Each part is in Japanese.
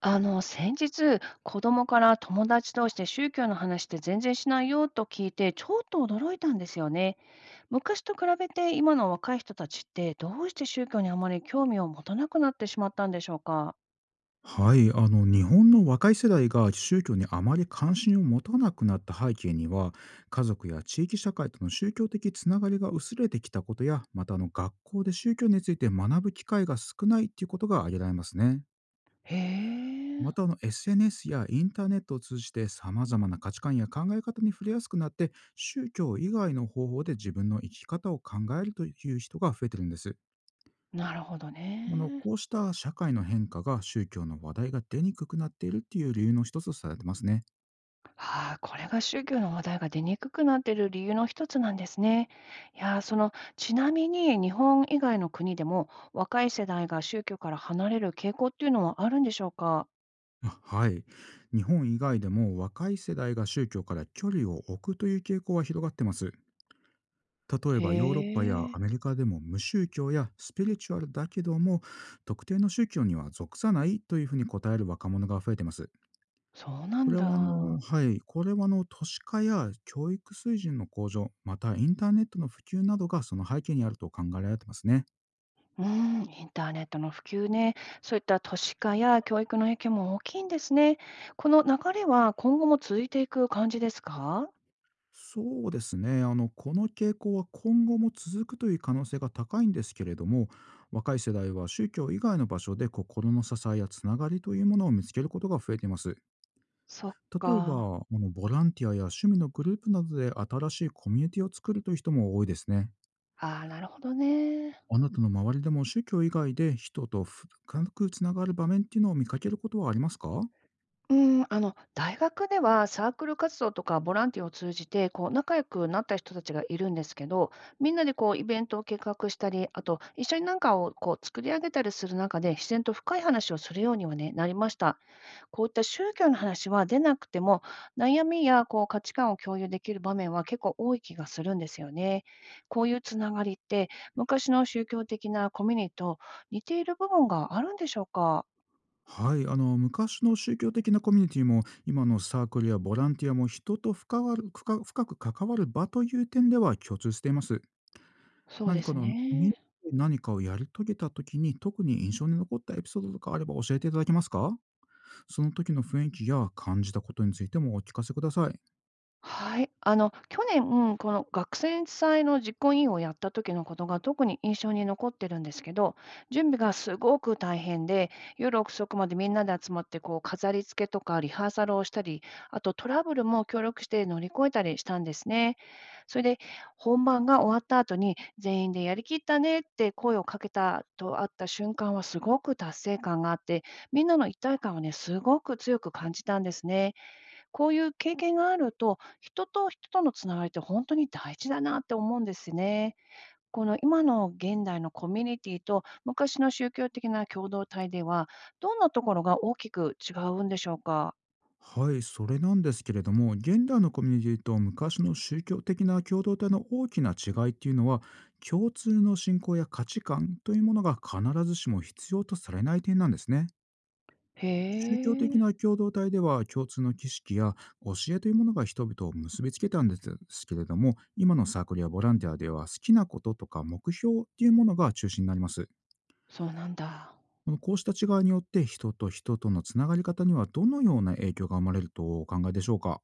先日、子供から友達同士で宗教の話って全然しないよと聞いて、ちょっと驚いたんですよね。昔と比べて今の若い人たちってどうして宗教にあまり興味を持たなくなってしまったんでしょうか。はい、日本の若い世代が宗教にあまり関心を持たなくなった背景には、家族や地域社会との宗教的つながりが薄れてきたことや、また学校で宗教について学ぶ機会が少ないっていうことが挙げられますね。へえ、またSNS やインターネットを通じてさまざまな価値観や考え方に触れやすくなって、宗教以外の方法で自分の生き方を考えるという人が増えてるんです。なるほどね。こうした社会の変化が、宗教の話題が出にくくなっているっていう理由の一つとされてますね。はあ、これが宗教の話題が出にくくなっている理由の一つなんですね。いやー、ちなみに日本以外の国でも若い世代が宗教から離れる傾向っていうのはあるんでしょうか。あ、はい。日本以外でも若い世代が宗教から距離を置くという傾向は広がってます。例えへばヨーロッパやえ。アメリカでも、無宗教やスピリチュアルだけども特定の宗教には属さないというふうに答える若者が増えてます。そうなこんれはあの、だ。はい、これは都市化や教育水準の向上、またインターネットの普及などがその背景にあると考えられてますね。うん、インターネットの普及ね、そういった都市化や教育の影響も大きいんですね。この流れは今後も続いていく感じですか？そうですね。あの、この傾向は今後も続くという可能性が高いんですけれども、若い世代は宗教以外の場所で心の支えやつながりというものを見つけることが増えています。そっ例えか。ば、ボランティアや趣味のグループなどで新しいコミュニティを作るという人も多いですね。ああ、なるほどね。あなたの周りでも宗教以外で人と深くつながる場面っていうのを見かけることはありますか？うん、大学ではサークル活動とかボランティアを通じて、仲良くなった人たちがいるんですけど、みんなでイベントを計画したり、あと一緒になんかを作り上げたりする中で、自然と深い話をするようにはね、なりました。こういった宗教の話は出なくても、悩みや価値観を共有できる場面は結構多い気がするんですよね。こういうつながりって、昔の宗教的なコミュニティと似ている部分があるんでしょうか？はい、昔の宗教的なコミュニティも今のサークルやボランティアも、人と深く関わる場という点では共通しています。そう何でかすのみんなでね。何かをやり遂げた時に特に印象に残ったエピソードとかあれば教えていただけますか？その時の雰囲気や感じたことについてもお聞かせください。はい。去年、この学生祭の実行委員をやった時のことが特に印象に残ってるんですけど、準備がすごく大変で、夜遅くまでみんなで集まって、飾り付けとかリハーサルをしたり、あとトラブルも協力して乗り越えたりしたんですね。それで、本番が終わった後に、全員でやりきったねって声をかけたとあった瞬間はすごく達成感があって、みんなの一体感をね、すごく強く感じたんですね。こういう経験があると、人と人とのつながりって本当に大事だなって思うんですね。この今の現代のコミュニティと昔の宗教的な共同体では、どんなところが大きく違うんでしょうか？はい、それなんですけれども、現代のコミュニティと昔の宗教的な共同体の大きな違いっていうのは、共通の信仰や価値観というものが必ずしも必要とされない点なんですね。へ宗教的え、な共同体では共通の儀式や教えというものが人々を結びつけたんですけれども、今のサークルやボランティアでは好きなこととか目標っていうものが中心になります。そうなんだ。こうした違いによって、人と人とのつながり方にはどのような影響が生まれるとお考えでしょうか？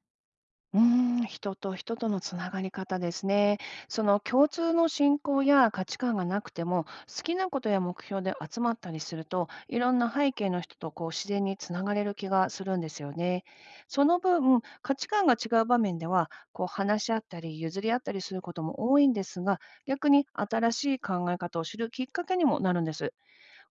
うーん、人と人とのつながり方ですね。その共通の信仰や価値観がなくても、好きなことや目標で集まったりすると、いろんな背景の人と自然につながれる気がするんですよね。その分、価値観が違う場面では、話し合ったり譲り合ったりすることも多いんですが、逆に新しい考え方を知るきっかけにもなるんです。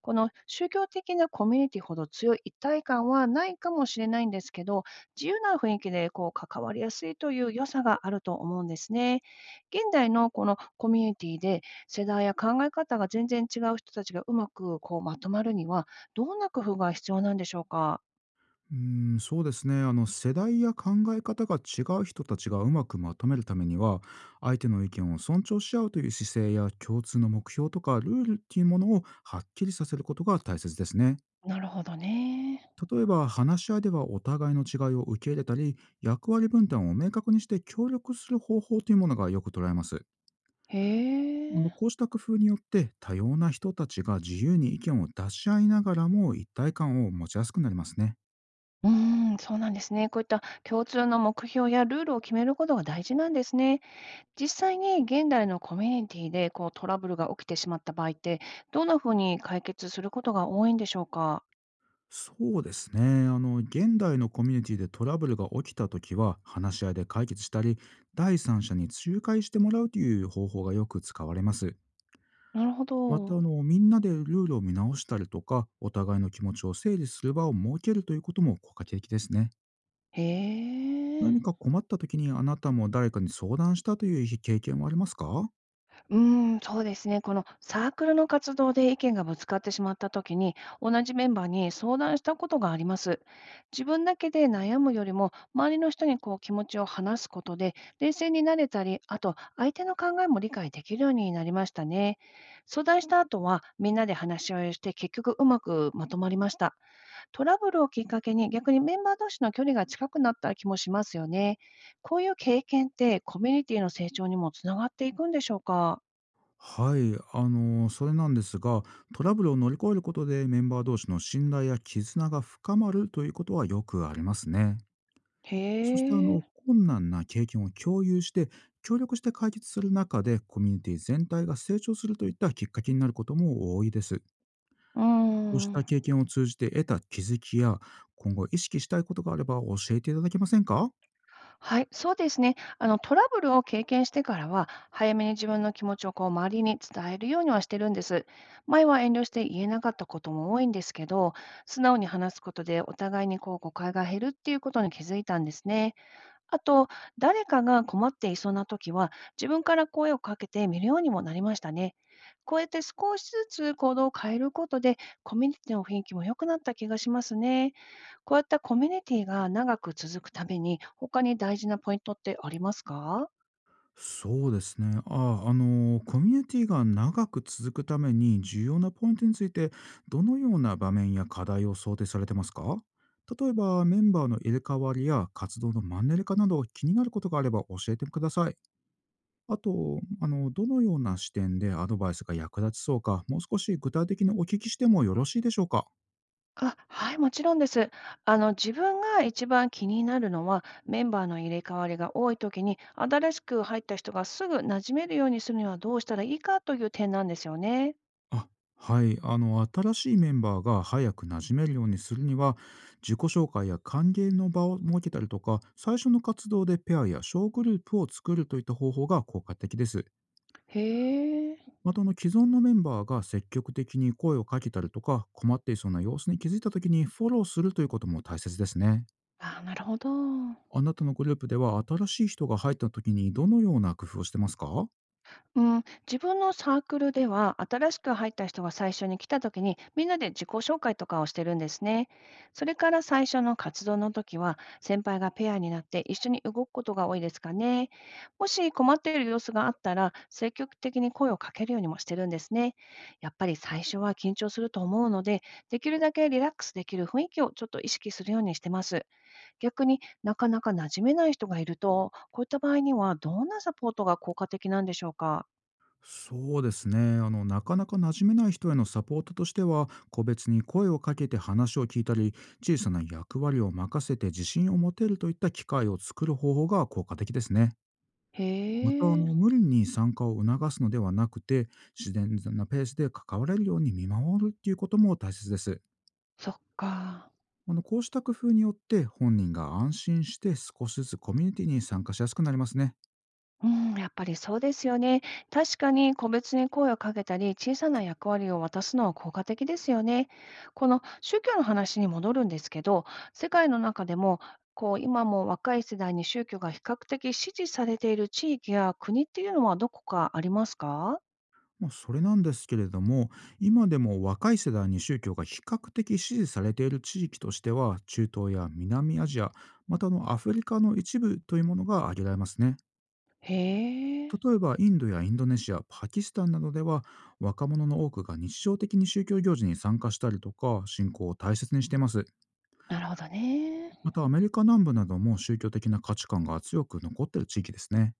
この宗教的なコミュニティほど強い一体感はないかもしれないんですけど、自由な雰囲気で関わりやすいという良さがあると思うんですね。現代のこのコミュニティで世代や考え方が全然違う人たちがうまくまとまるには、どんな工夫が必要なんでしょうか？うーん、そうですね。あの、世代や考え方が違う人たちがうまくまとめるためには、相手の意見を尊重し合うという姿勢や、共通の目標とかルールっていうものをはっきりさせることが大切ですね。なるほどね。例えば、話し合いではお互いの違いを受け入れたり、役割分担を明確にして協力する方法というものがよく捉えます。へえ。こうした工夫によって、多様な人たちが自由に意見を出し合いながらも一体感を持ちやすくなりますね。うーん、そうなんですね。こういった共通の目標やルールを決めることが大事なんですね。実際に現代のコミュニティでトラブルが起きてしまった場合って、どんなふうに解決することが多いんでしょうか？そうですね。あの、現代のコミュニティでトラブルが起きたときは、話し合いで解決したり、第三者に仲介してもらうという方法がよく使われます。なるほまた、あど。の、みんなでルールを見直したりとか、お互いの気持ちを整理する場を設けるということも効果的ですね。へ何え。か困ったときに、あなたも誰かに相談したという経験はありますか？うーん、そうですね。このサークルの活動で意見がぶつかってしまったときに、同じメンバーに相談したことがあります。自分だけで悩むよりも、周りの人に気持ちを話すことで、冷静になれたり、あと相手の考えも理解できるようになりましたね。相談した後は、みんなで話し合いをして、結局うまくまとまりました。トラブルをきっかけに、逆にメンバー同士の距離が近くなった気もしますよね。こういう経験って、コミュニティの成長にもつながっていくんでしょうか？はい、あの、それなんですが、トラブルを乗り越えることでメンバー同士の信頼や絆が深まるということはよくありますね。へそしてえ、う困難な経験を共有して協力して解決する中で、コミュニティ全体が成長するといったきっかけになることも多いです。ん。こうした経験を通じて得た気づきや今後意識したいことがあれば教えていただけませんか？はい、そうですね。トラブルを経験してからは、早めに自分の気持ちを周りに伝えるようにはしてるんです。前は遠慮して言えなかったことも多いんですけど、素直に話すことでお互いに誤解が減るっていうことに気づいたんですね。あと、誰かが困っていそうな時は、自分から声をかけてみるようにもなりましたね。こうやって少しずつ行動を変えることで、コミュニティの雰囲気も良くなった気がしますね。こういったコミュニティが長く続くために、他に大事なポイントってありますか？そうですね。コミュニティが長く続くために重要なポイントについて、どのような場面や課題を想定されてますか？例えば、メンバーの入れ替わりや活動のマンネリ化など気になることがあれば教えてください。あと、あの、どのような視点でアドバイスが役立ちそうか、もう少し具体的にお聞きしてもよろしいでしょうか？あ、はい、もちろんです。自分が一番気になるのは、メンバーの入れ替わりが多い時に、新しく入った人がすぐ馴染めるようにするにはどうしたらいいかという点なんですよね。あ、はい。あの、新しいメンバーが早く馴染めるようにするには、自己紹介や歓迎の場を設けたりとか、最初の活動でペアや小グループを作るといった方法が効果的です。へえ。また、あの、既存のメンバーが積極的に声をかけたりとか、困っていそうな様子に気づいた時にフォローするということも大切ですね。ああ、なるほど。あなたのグループでは新しい人が入った時にどのような工夫をしてますか？うん、自分のサークルでは、新しく入った人が最初に来た時に、みんなで自己紹介とかをしてるんですね。それから最初の活動の時は、先輩がペアになって一緒に動くことが多いですかね。もし困っている様子があったら、積極的に声をかけるようにもしてるんですね。やっぱり最初は緊張すると思うので、できるだけリラックスできる雰囲気をちょっと意識するようにしてます。逆になかなか馴染めない人がいると、こういった場合にはどんなサポートが効果的なんでしょうか？そうですね、なかなか馴染めない人へのサポートとしては、個別に声をかけて話を聞いたり、小さな役割を任せて自信を持てるといった機会を作る方法が効果的ですね。へまた、あえ、の、無理に参加を促すのではなくて、自然なペースで関われるように見守るっていうことも大切です。そっか。あの、こうした工夫によって、本人が安心して少しずつコミュニティに参加しやすくなりますね。うん、やっぱりそうですよね。確かに個別に声をかけたり、小さな役割を渡すのは効果的ですよね。この宗教の話に戻るんですけど、世界の中でも、今も若い世代に宗教が比較的支持されている地域や国っていうのはどこかありますか？まあ、それなんですけれども、今でも若い世代に宗教が比較的支持されている地域としては、中東や南アジア、またアフリカの一部というものが挙げられますね。へえ、例えばインドやインドネシア、パキスタンなどでは若者の多くが日常的に宗教行事に参加したりとか、信仰を大切にしています。なるほどね。またアメリカ南部なども宗教的な価値観が強く残っている地域ですね。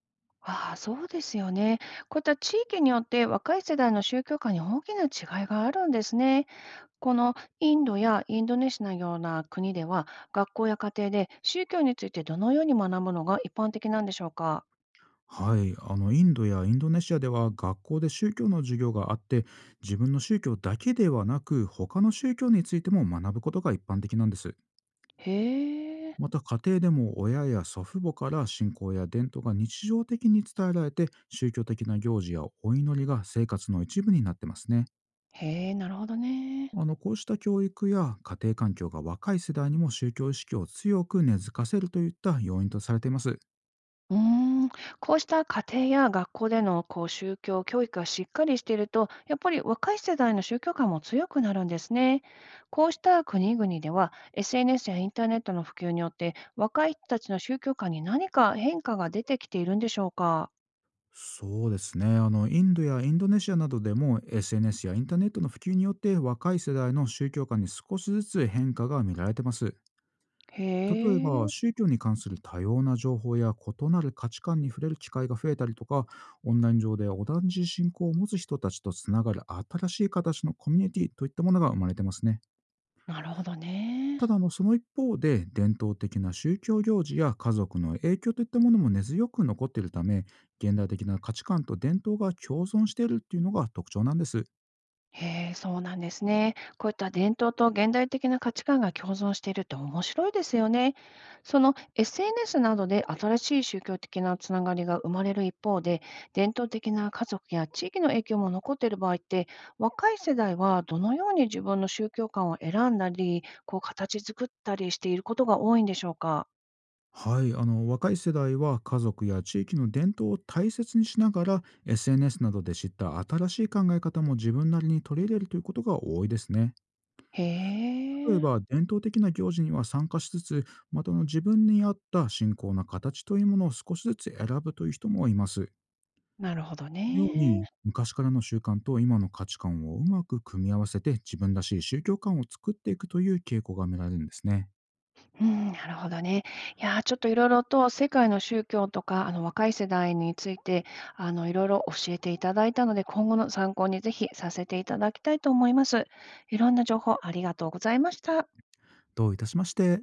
ああ、そうですよね。こういった地域によって若い世代の宗教観に大きな違いがあるんですね。このインドやインドネシアのような国では、学校や家庭で宗教についてどのように学ぶのが一般的なんでしょうか。はい、インドやインドネシアでは、学校で宗教の授業があって、自分の宗教だけではなく他の宗教についても学ぶことが一般的なんです。へえ、また家庭でも親や祖父母から信仰や伝統が日常的に伝えられて、宗教的な行事やお祈りが生活の一部になってますね。へえ、なるほどね。こうした教育や家庭環境が、若い世代にも宗教意識を強く根付かせるといった要因とされています。うーん、こうした家庭や学校での宗教教育がしっかりしていると、やっぱり若い世代の宗教観も強くなるんですね。こうした国々では、SNS やインターネットの普及によって、若い人たちの宗教観に何か変化が出てきているんでしょうか。そうですね、インドやインドネシアなどでも SNS やインターネットの普及によって、若い世代の宗教観に少しずつ変化が見られてます。へ例えばえ、宗教に関する多様な情報や異なる価値観に触れる機会が増えたりとか、オンライン上で同じ信仰を持つ人たちとつながる新しい形のコミュニティといったものが生まれてますね。なるほどね。ただその一方で、伝統的な宗教行事や家族の影響といったものも根強く残っているため、現代的な価値観と伝統が共存しているっていうのが特徴なんです。へえ、そうなんですね。こういった伝統と現代的な価値観が共存しているって面白いですよね。その SNS などで新しい宗教的なつながりが生まれる一方で、伝統的な家族や地域の影響も残っている場合って、若い世代はどのように自分の宗教観を選んだり、形作ったりしていることが多いんでしょうか。はい、若い世代は家族や地域の伝統を大切にしながら、 SNS などで知った新しい考え方も自分なりに取り入れるということが多いですね。へ例ええ、ば伝統的な行事には参加しつつ、また自分に合った信仰の形というものを少しずつ選ぶという人もいます。なるほどこのようにね。昔からの習慣と今の価値観をうまく組み合わせて、自分らしい宗教観を作っていくという傾向が見られるんですね。うん、なるほどね。いやー、ちょっといろいろと世界の宗教とか、若い世代について、いろいろ教えていただいたので、今後の参考にぜひさせていただきたいと思います。いろんな情報ありがとうございました。どういたしまして。